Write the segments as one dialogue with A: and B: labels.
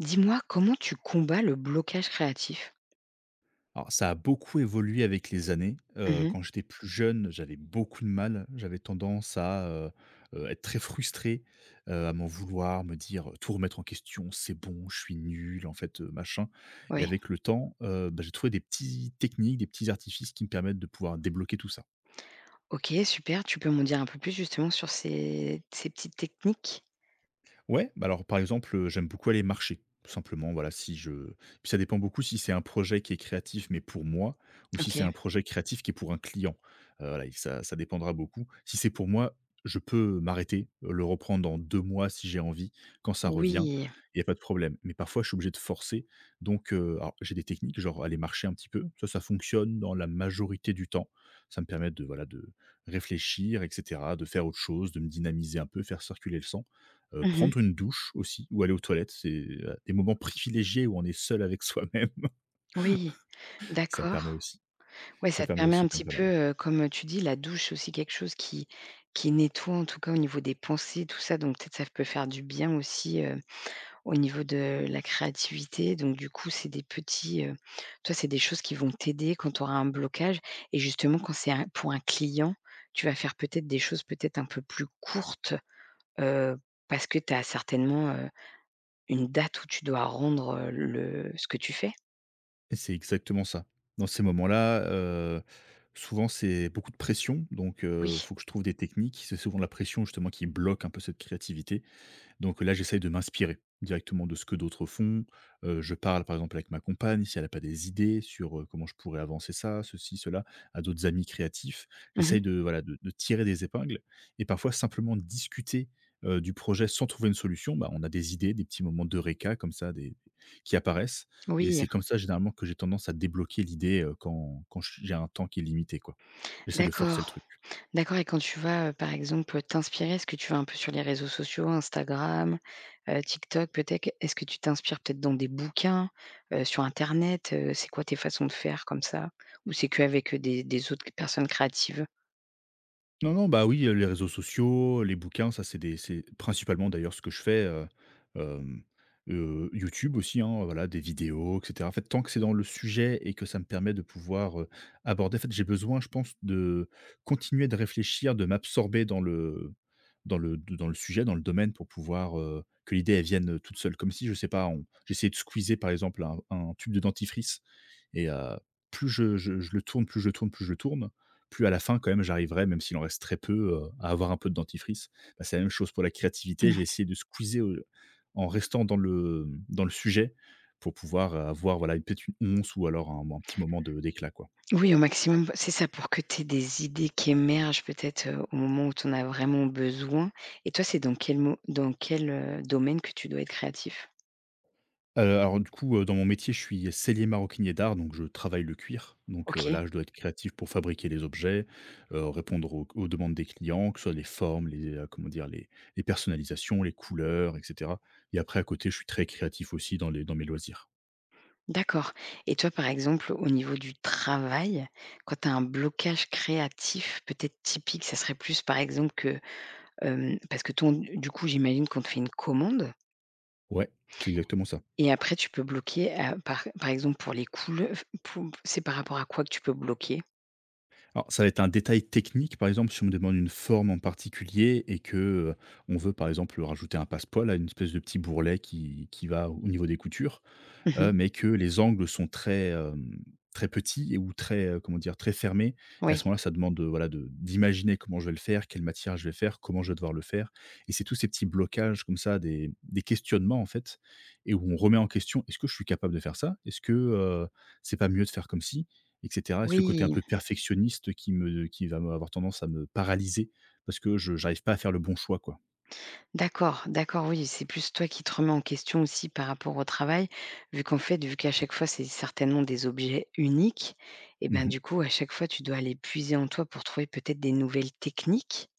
A: Dis-moi, comment tu combats le blocage créatif?
B: Alors ça a beaucoup évolué avec les années.
A: Mmh
B: Heu,
A: mh.
B: quand j'étais plus jeune, j'avais beaucoup de mal. J'avais tendance à, être très frustré, à m'en vouloir, me dire, tout remettre en question: «C'est bon, je suis nul, en fait, machin» et
A: Ouais,
B: avec le temps, bah, j'ai trouvé des petits techniques, des petits artifices qui me permettent de pouvoir débloquer tout ça.
A: OK, super. Tu peux m'en dire un peu plus justement sur ces petites techniques?
B: Ouais, bah, alors par exemple, j'aime beaucoup aller marcher, tout simplement, voilà, si je puis ça dépend beaucoup si c'est un projet qui est créatif, mais pour moi, ou si c'est
A: OK.
B: un projet créatif qui est pour un client. Voilà et ça dépendra beaucoup. Si c'est pour moi, je peux m'arrêter, le reprendre dans 2 mois si j'ai envie, quand ça revient,
A: Oui.
B: il y a pas de problème. Mais parfois, je suis obligé de forcer, donc alors j'ai des techniques, genre aller marcher un petit peu, ça fonctionne dans la majorité du temps. Ça me permet de, voilà, de réfléchir et cetera, de faire autre chose, de me dynamiser un peu, faire circuler le sang. Heu,
A: Mmh.
B: prendre une douche aussi ou aller aux toilettes, c'est, des moments privilégiés où on est seul avec soi-même.
A: Oui.
B: Ça permet
A: D'accord.
B: aussi
A: Ouais,
B: ça
A: ça te
B: permet
A: permet
B: aussi
A: un
B: quand
A: petit
B: même pas
A: peu,
B: mal.
A: comme, tu dis, la douche, c'est aussi quelque chose qui nettoie, en tout cas, au niveau des pensées, tout ça, donc peut-être ça peut faire du bien aussi, au niveau de la créativité. Donc du coup, c'est des petits, toi, c'est des choses qui vont t'aider quand tu auras un blocage, et justement quand c'est un pour un client, tu vas faire peut-être des choses peut-être un peu plus courtes, heu, parce que tu as certainement, une date où tu dois rendre, le ce que tu fais?
B: Et c'est exactement ça. Dans ces moments-là, souvent c'est beaucoup de pression donc
A: Oui.
B: faut que je trouve des techniques. C'est souvent la pression justement qui bloque un peu cette créativité. Donc là, j'essaye de m'inspirer directement de ce que d'autres font. Je parle, par exemple, avec ma compagne, si elle a pas des idées sur, comment je pourrais avancer ça, ceci, cela, à d'autres amis créatifs. J'essaye
A: Mmh.
B: de, voilà, de tirer des épingles et parfois simplement discuter, du projet sans trouver une solution, bah, on a des idées, des petits moments d'eureka comme ça, des qui apparaissent et
A: Oui,
B: c'est comme ça généralement que j'ai tendance à débloquer l'idée, quand j'ai un temps qui est limité, quoi. J'essaie de forcer le
A: d'accord.
B: truc.
A: D'accord, et quand tu vas, par exemple, t'inspirer, est-ce que tu vas un peu sur les réseaux sociaux, Instagram, TikTok peut-être? Est-ce que tu t'inspires peut-être dans des bouquins, sur internet, C'est quoi tes façons de faire comme ça? Ou c'est qu'avec, des autres personnes créatives?
B: Non, non, bah, oui, les réseaux sociaux, les bouquins, ça, c'est principalement d'ailleurs ce que je fais, hem, YouTube aussi, hein, voilà, des vidéos et cetera. En fait, tant que c'est dans le sujet et que ça me permet de pouvoir, aborder en fait, j'ai besoin, je pense, de continuer de réfléchir, de m'absorber dans le sujet, dans le domaine pour pouvoir, que l'idée, elle vienne, toute seule. Comme si, je sais pas, on j'essayais de squeezer, par exemple, un tube de dentifrice et plus je le tourne, plus je le tourne plus à la fin, quand même, j'arriverai, même s'il en reste très peu, à avoir un peu de dentifrice. Bah, c'est la même chose pour la créativité. Je
A: Mmh.
B: vais essayer de squeezer, en restant dans le sujet pour pouvoir avoir, voilà, peut-être une once ou alors un petit moment de d'éclat, quoi.
A: Oui, au maximum, bah, c'est ça, pour que tu aies des idées qui émergent peut-être, au moment où tu en as vraiment besoin. Et toi, c'est dans quel mo dans quel, domaine que tu dois être créatif?
B: Alors du coup, dans mon métier, je suis sellier maroquinier d'art, donc je travaille le cuir. Donc
A: OK.
B: là, je dois être créatif pour fabriquer les objets, répondre aux demandes des clients, que ce soit les formes, les, comment dire? Les personnalisations, les couleurs et cetera et après à côté, je suis très créatif aussi dans mes loisirs.
A: D'accord. Et toi, par exemple, au niveau du travail, quand tu as un blocage créatif peut-être typique, ça serait plus par exemple que parce que ton du coup, j'imagine qu'on te fait une commande
B: Ouais, c'est exactement ça.
A: et après tu peux bloquer à par exemple pour les couleu f, c'est par rapport à quoi que tu peux bloquer?
B: Alors, ça va être un détail technique, par exemple, si on me demande une forme en particulier et que, on veut, par exemple, rajouter un passepoil à une espèce de petit bourrelet qui va au niveau des coutures. heu,
A: Mmh.
B: mais que les angles sont très, très petits et ou très, comment dire? Très fermés et à
A: Oui.
B: ce moment-là, ça demande, voilà de d'imaginer comment je vais le faire, quelle matière je vais faire, comment je vais devoir le faire et c'est tous ces petits blocages comme ça, des questionnements en fait et où on remet en question: «Est-ce que je suis capable de faire ça? Est-ce que, c'est pas mieux de faire comme si, et cetera et ce côté un
A: Oui.
B: peu perfectionniste qui va avoir tendance à me paralyser parce que je n'arrive pas à faire le bon choix, quoi.
A: D'accord, d'accord, oui, c'est plus toi qui te remets en question aussi par rapport au travail, vu qu'en fait, vu qu'à chaque fois, c'est certainement des objets uniques, et ben
B: Mmh.
A: du coup, à chaque fois, tu dois aller puiser en toi pour trouver peut-être des nouvelles techniques.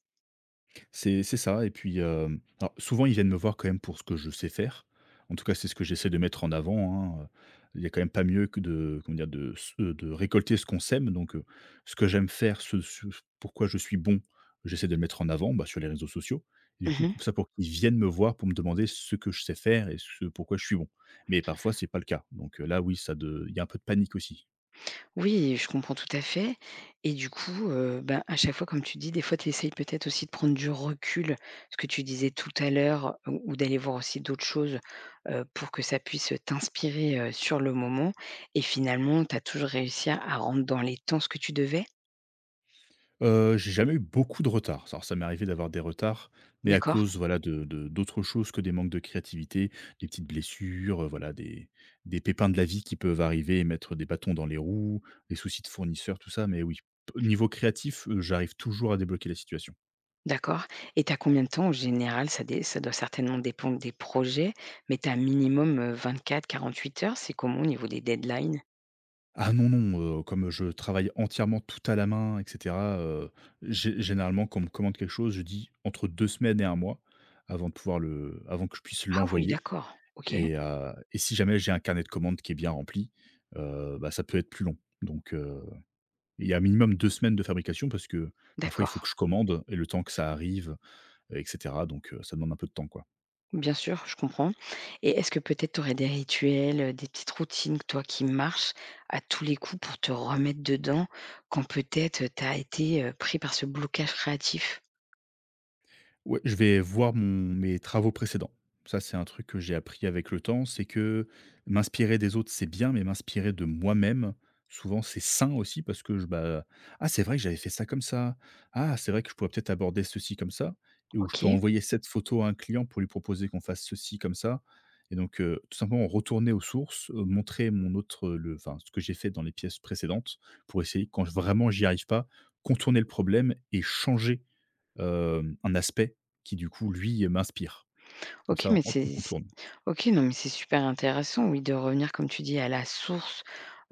B: C'est ça et puis, alors souvent ils viennent me voir quand même pour ce que je sais faire. En tout cas, c'est ce que j'essaie de mettre en avant, hein, il y a quand même pas mieux que de comment dire? De récolter ce qu'on sème donc, ce que j'aime faire, ce pourquoi je suis bon, j'essaie de le mettre en avant, bah, sur les réseaux sociaux et du coup
A: Mmh.
B: comme ça pour qu'ils viennent me voir pour me demander ce que je sais faire et ce pourquoi je suis bon. Mais parfois c'est pas le cas donc, là oui ça de il y a un peu de panique aussi.
A: Oui, je comprends tout à fait. Et du coup, ben, à chaque fois, comme tu dis, des fois, tu essayes peut-être aussi de prendre du recul, ce que tu disais tout à l'heure, ou d'aller voir aussi d'autres choses, pour que ça puisse t'inspirer, sur le moment. Et finalement, tu as toujours réussi à rentrer dans les temps ce que tu devais?
B: J'ai jamais eu beaucoup de retard. Alors ça m'est arrivé d'avoir des retards, mais à
A: D'accord,
B: cause, voilà, de d'autres choses que des manques de créativité, des petites blessures, voilà, des pépins de la vie qui peuvent arriver et mettre des bâtons dans les roues, des soucis de fournisseurs, tout ça, mais oui, p niveau créatif, j'arrive toujours à débloquer la situation.
A: d'accord, et tu as combien de temps en général? Ça dé ça doit certainement dépendre des projets, mais tu as minimum, 24-48 heures? C'est comment au niveau des deadlines?
B: Ah non, non, comme je travaille entièrement tout à la main et cetera, gé généralement quand on me commande quelque chose, je dis entre 2 semaines et 1 mois avant de pouvoir le avant que je puisse
A: Ah oui,
B: l'envoyer.
A: d'accord, OK,
B: Et si jamais j'ai un carnet de commandes qui est bien rempli, bah, ça peut être plus long. Donc il y a un minimum 2 semaines de fabrication parce que, parfois, il faut que
A: d'accord.
B: je commande et le temps que ça arrive et cetera, donc ça demande un peu de temps, quoi.
A: Bien sûr, je comprends. Et est-ce que peut-être tu aurais des rituels, des petites routines, toi, qui marchent à tous les coups pour te remettre dedans quand peut-être, tu as été, pris par ce blocage créatif?
B: Ouais, je vais voir mon mes travaux précédents. Ça, c'est un truc que j'ai appris avec le temps, c'est que m'inspirer des autres, c'est bien, mais m'inspirer de moi-même, souvent, c'est sain aussi parce que je bah, «Ah, c'est vrai que j'avais fait ça comme ça. Ah, c'est vrai que je pourrais peut-être aborder ceci comme ça» et où je peux
A: OK.
B: envoyer cette photo à un client pour lui proposer qu'on fasse ceci comme ça et donc tout simplement retourner aux sources, montrer mon autre, le enfin, ce que j'ai fait dans les pièces précédentes pour essayer, quand j vraiment j'y arrive pas, contourner le problème et changer. Un aspect qui du coup lui m'inspire. Comme
A: OK,
B: ça,
A: mais
B: hop,
A: c'est
B: on
A: c
B: contourne.
A: OK, non, mais c'est super intéressant, oui, de revenir, comme tu dis, à la source,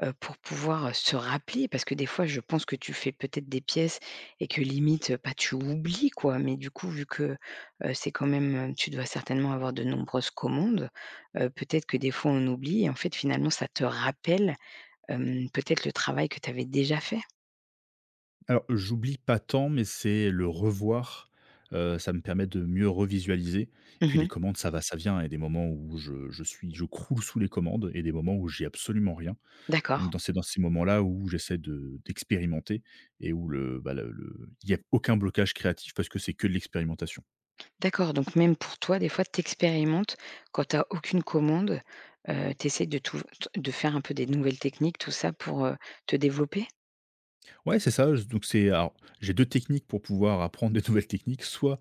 A: pour pouvoir, se rappeler. Parce que des fois, je pense que tu fais peut-être des pièces et que limite, bah, tu oublies, quoi. Mais du coup, vu que, c'est quand même, tu dois certainement avoir de nombreuses commandes, peut-être que des fois on oublie et en fait, finalement, ça te rappelle, peut-être le travail que tu avais déjà fait?
B: Alors j'oublie pas tant, mais c'est le revoir, ça me permet de mieux revisualiser. Puis les
A: Mmh.
B: commandes, ça va, ça vient. Il y a des moments où je croule sous les commandes et des moments où j'ai absolument rien. Donc
A: D'accord.
B: dans ces moments-là où j'essaie de d'expérimenter et où bah, le il y a aucun blocage créatif parce que c'est que de l'expérimentation.
A: D'accord, donc même pour toi, des fois, tu expérimentes quand t'as aucune commande, tu de tout de faire un peu des nouvelles techniques, tout ça pour, te développer?
B: Ouais, c'est ça. Je donc c'est alors, j'ai 2 techniques pour pouvoir apprendre des nouvelles techniques. Soit,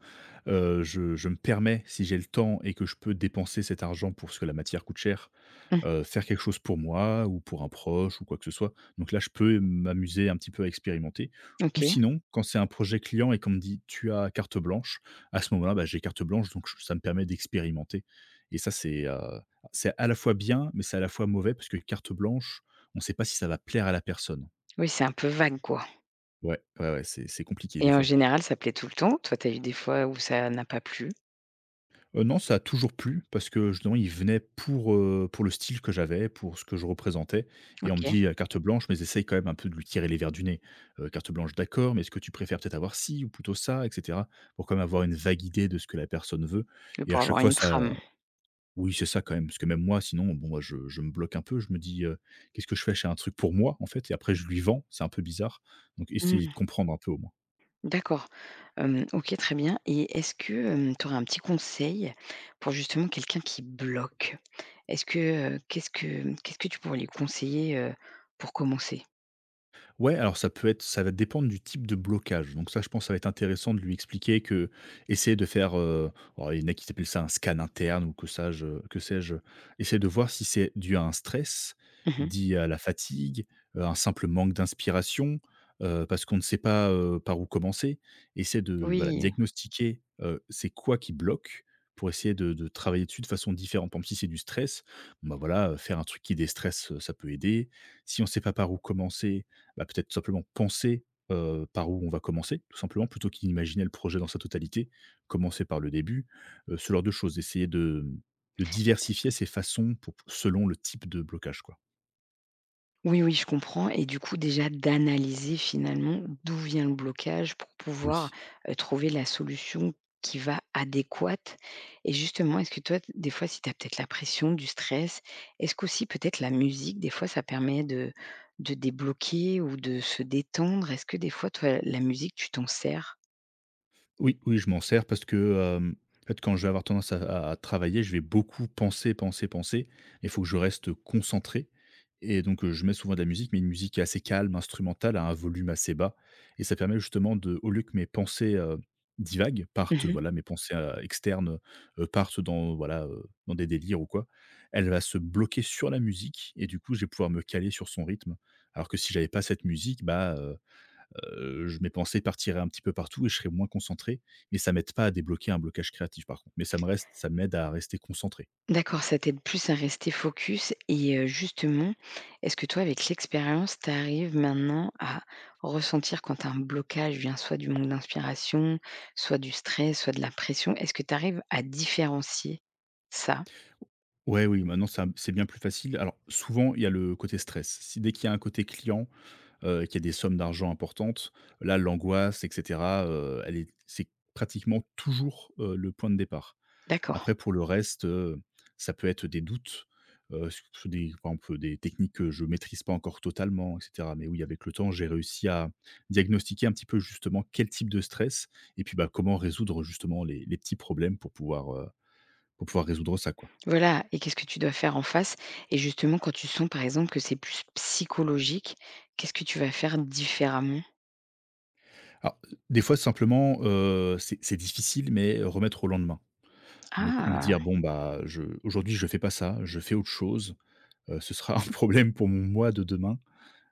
B: je me permets, si j'ai le temps et que je peux dépenser cet argent pour ce que la matière coûte cher,
A: Mmh,
B: faire quelque chose pour moi ou pour un proche ou quoi que ce soit. Donc là, je peux m'amuser un petit peu à expérimenter. Ou
A: OK.
B: sinon, quand c'est un projet client et qu'on me dit: «Tu as carte blanche», à ce moment-là, bah, j'ai carte blanche, donc j ça me permet d'expérimenter. Et ça, c'est à la fois bien, mais c'est à la fois mauvais parce que carte blanche, on ne sait pas si ça va plaire à la personne.
A: Oui, c'est un peu vague, quoi.
B: Ouais, ouais, ouais, c'est compliqué des
A: Et en
B: fois.
A: général, ça plaît tout le temps? Toi, t'as eu des fois où ça n'a pas plu?
B: Non, ça a toujours plu parce que justement, ils venaient pour le style que j'avais, pour ce que je représentais et on me
A: OK,
B: dit: «Carte blanche» mais j'essaye quand même un peu de lui tirer les verres du nez. «Carte blanche, d'accord, mais est-ce que tu préfères peut-être avoir ci ou plutôt ça?» et cetera, pour quand même avoir une vague idée de ce que la personne veut
A: mais
B: et à
A: pour
B: chaque
A: avoir
B: fois
A: une
B: ça
A: trame.
B: oui, c'est ça quand même, parce que même moi sinon, bon, moi, je me bloque un peu. Je me dis, «Qu'est-ce que je fais? Je fais un truc pour moi en fait et après je lui vends». C'est un peu bizarre donc essayer de
A: Mmh,
B: comprendre un peu au moins.
A: d'accord. OK, très bien, et est-ce que tu aurais un petit conseil pour justement quelqu'un qui bloque? Est-ce que, qu'est-ce que tu pourrais lui conseiller, pour commencer?
B: Ouais, alors ça peut être ça va dépendre du type de blocage. Donc ça, je pense, ça va être intéressant de lui expliquer que essayer de faire, alors il y en a qui s'appellent ça un scan interne ou que sage que sais-je, essayer de voir si c'est dû à un stress,
A: Mmh.
B: dû à la fatigue, un simple manque d'inspiration, parce qu'on ne sait pas, par où commencer. Essayer de, voilà,
A: Oui.
B: diagnostiquer, c'est quoi qui bloque pour essayer de travailler dessus de façon différente. Par exemple, si c'est du stress, bah, voilà, faire un truc qui déstresse, ça peut aider. Si on ne sait pas par où commencer, bah, peut-être tout simplement penser par où on va commencer, tout simplement, plutôt qu'imaginer le projet dans sa totalité, commencer par le début, ce genre de choses, essayer de diversifier ses façons pour, selon le type de blocage. Quoi.
A: Oui, oui, je comprends, et du coup déjà d'analyser finalement d'où vient le blocage pour pouvoir,
B: Oui,
A: trouver la solution qui va adéquate. Et justement, est-ce que toi, t des fois, si tu as peut-être la pression, du stress, est-ce qu'aussi peut-être la musique, des fois, ça permet de débloquer ou de se détendre? Est-ce que des fois, toi, la musique, tu t'en sers?
B: oui, oui, je m'en sers parce que, en fait, quand je vais avoir tendance à travailler, je vais beaucoup penser, penser, penser. Il faut que je reste concentré et donc je mets souvent de la musique, mais une musique assez calme, instrumentale, à un volume assez bas, et ça permet justement de, au lieu que mes pensées, divaguent, partent, voilà, mes pensées, externes, partent dans, voilà, dans des délires ou quoi, elle va se bloquer sur la musique et du coup, je vais pouvoir me caler sur son rythme. Alors que si j'avais pas cette musique, bah je mes pensées partiraient un petit peu partout et je serais moins concentré, mais ça m'aide pas à débloquer un blocage créatif par contre, mais ça m'aide à rester concentré.
A: D'accord, ça t'aide plus à rester focus. Et justement, est-ce que toi, avec l'expérience, tu arrives maintenant à ressentir quand un blocage vient soit du manque d'inspiration, soit du stress, soit de la pression? Est-ce que tu arrives à différencier ça?
B: Ouais, oui, maintenant ça c'est bien plus facile. Alors souvent, il y a le côté stress. Si dès qu'il y a un côté client, qu'il y a des sommes d'argent importantes, là l'angoisse et cetera, elle est c'est pratiquement toujours, le point de départ.
A: D'accord.
B: Après pour le reste, ça peut être des doutes, sur sur des par exemple des techniques que je maîtrise pas encore totalement et cetera. Mais oui, avec le temps, j'ai réussi à diagnostiquer un petit peu justement quel type de stress et puis, bah, comment résoudre justement les petits problèmes pour pouvoir résoudre ça, quoi.
A: Voilà, et qu'est-ce que tu dois faire en face? Et justement, quand tu sens, par exemple, que c'est plus psychologique, qu'est-ce que tu vas faire différemment?
B: Alors, des fois simplement, c'est difficile mais remettre au lendemain. Me
A: Ah!
B: dire: «Bon, bah, je aujourd'hui je fais pas ça, je fais autre chose, ce sera un problème pour mon moi de demain.»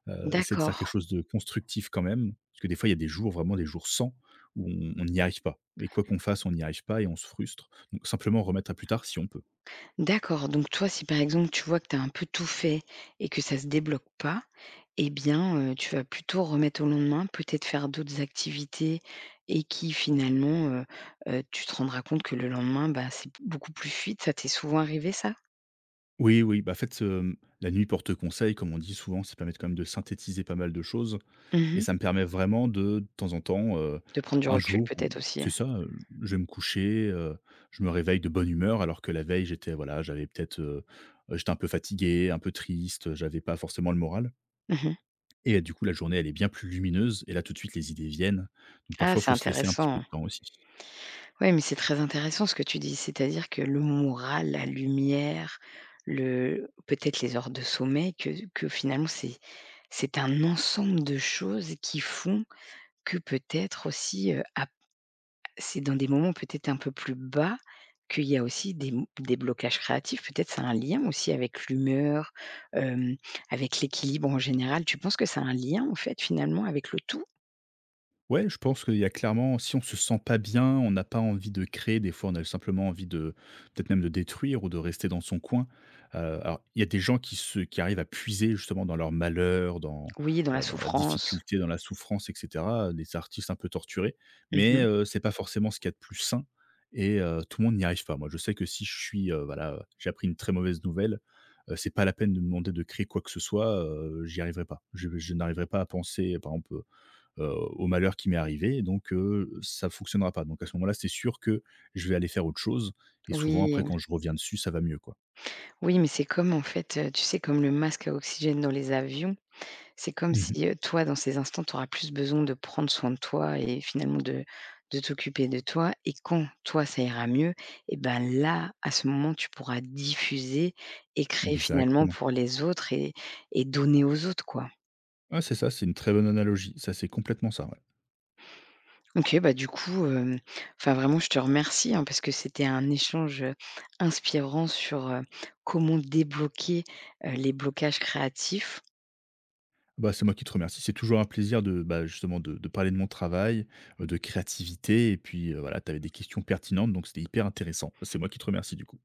B: Essayer de faire quelque
A: D'accord.
B: chose de constructif quand même, parce que des fois, il y a des jours, vraiment des jours sans, où on n'y arrive pas et quoi qu'on fasse, on n'y arrive pas et on se frustre. Donc simplement remettre à plus tard si on peut.
A: D'accord, donc toi, si par exemple tu vois que tu as un peu tout fait et que ça se débloque pas, eh bien, tu vas plutôt remettre au lendemain, peut-être faire d'autres activités, et qui finalement, tu te rendras compte que le lendemain, bah, c'est beaucoup plus fluide. Ça t'est souvent arrivé ça?
B: Oui, oui, bah, en fait, la nuit porte conseil, comme on dit souvent, ça permet quand même de synthétiser pas mal de choses et
A: Mmh.
B: ça me permet vraiment de temps en temps,
A: De prendre du
B: un
A: recul
B: jour où
A: peut-être aussi?
B: c'est ça, je vais me coucher, je me réveille de bonne humeur alors que la veille, j'étais, voilà, j'avais peut-être, j'étais un peu fatigué, un peu triste, j'avais pas forcément le moral.
A: Mmh.
B: Et du coup, la journée, elle est bien plus lumineuse et là, tout de suite, les idées viennent. Donc
A: Ah,
B: parfois, il
A: c'est
B: faut se laisser un petit peu
A: intéressant.
B: de temps aussi.
A: Ouais, mais c'est très intéressant ce que tu dis. C'est-à-dire que le moral, la lumière, le peut-être les heures de sommeil, que finalement c'est un ensemble de choses qui font que peut-être aussi, ap c'est dans des moments peut-être un peu plus bas qu'il y a aussi des m des blocages créatifs. Peut-être c'est un lien aussi avec l'humeur, hem, avec l'équilibre en général. Tu penses que c'est un lien en fait finalement avec le tout?
B: Ouais, je pense qu'il y a clairement, si on se sent pas bien, on n'a pas envie de créer, des fois, on a simplement envie de peut-être même de détruire ou de rester dans son coin. Alors il y a des gens qui arrivent à puiser justement dans leur malheur, dans,
A: Oui, dans la
B: voilà, dans la
A: souffrance.
B: difficulté, dans la souffrance et cetera, des artistes un peu torturés, mais
A: Mmh.
B: c'est pas forcément ce qu'il y a de plus sain et tout le monde n'y arrive pas. Moi, je sais que si je suis, voilà, j'ai appris une très mauvaise nouvelle, c'est pas la peine de me demander de créer quoi que ce soit, j'y arriverai pas. Je n'arriverai pas à penser, par exemple, au malheur qui m'est arrivé. Donc, ça fonctionnera pas. Donc à ce moment-là, c'est sûr que je vais aller faire autre chose et souvent après
A: Oui,
B: quand je reviens dessus, ça va mieux, quoi.
A: oui, mais c'est comme en fait, tu sais, comme le masque à oxygène dans les avions, c'est comme
B: Mmh.
A: si, toi, dans ces instants, tu auras plus besoin de prendre soin de toi et finalement de t'occuper de toi, et quand toi, ça ira mieux, et ben, là, à ce moment, tu pourras diffuser et créer finalement
B: Exactement.
A: pour les autres, et donner aux autres, quoi.
B: Ah c'est ça, c'est une très bonne analogie. Ça, c'est complètement ça, ouais.
A: OK, bah, du coup, enfin, vraiment, je te remercie, hein, parce que c'était un échange, inspirant sur, comment débloquer, les blocages créatifs.
B: Bah, c'est moi qui te remercie. C'est toujours un plaisir de, bah, justement de parler de mon travail, de créativité et puis, voilà, tu avais des questions pertinentes, donc c'était hyper intéressant. C'est moi qui te remercie, du coup.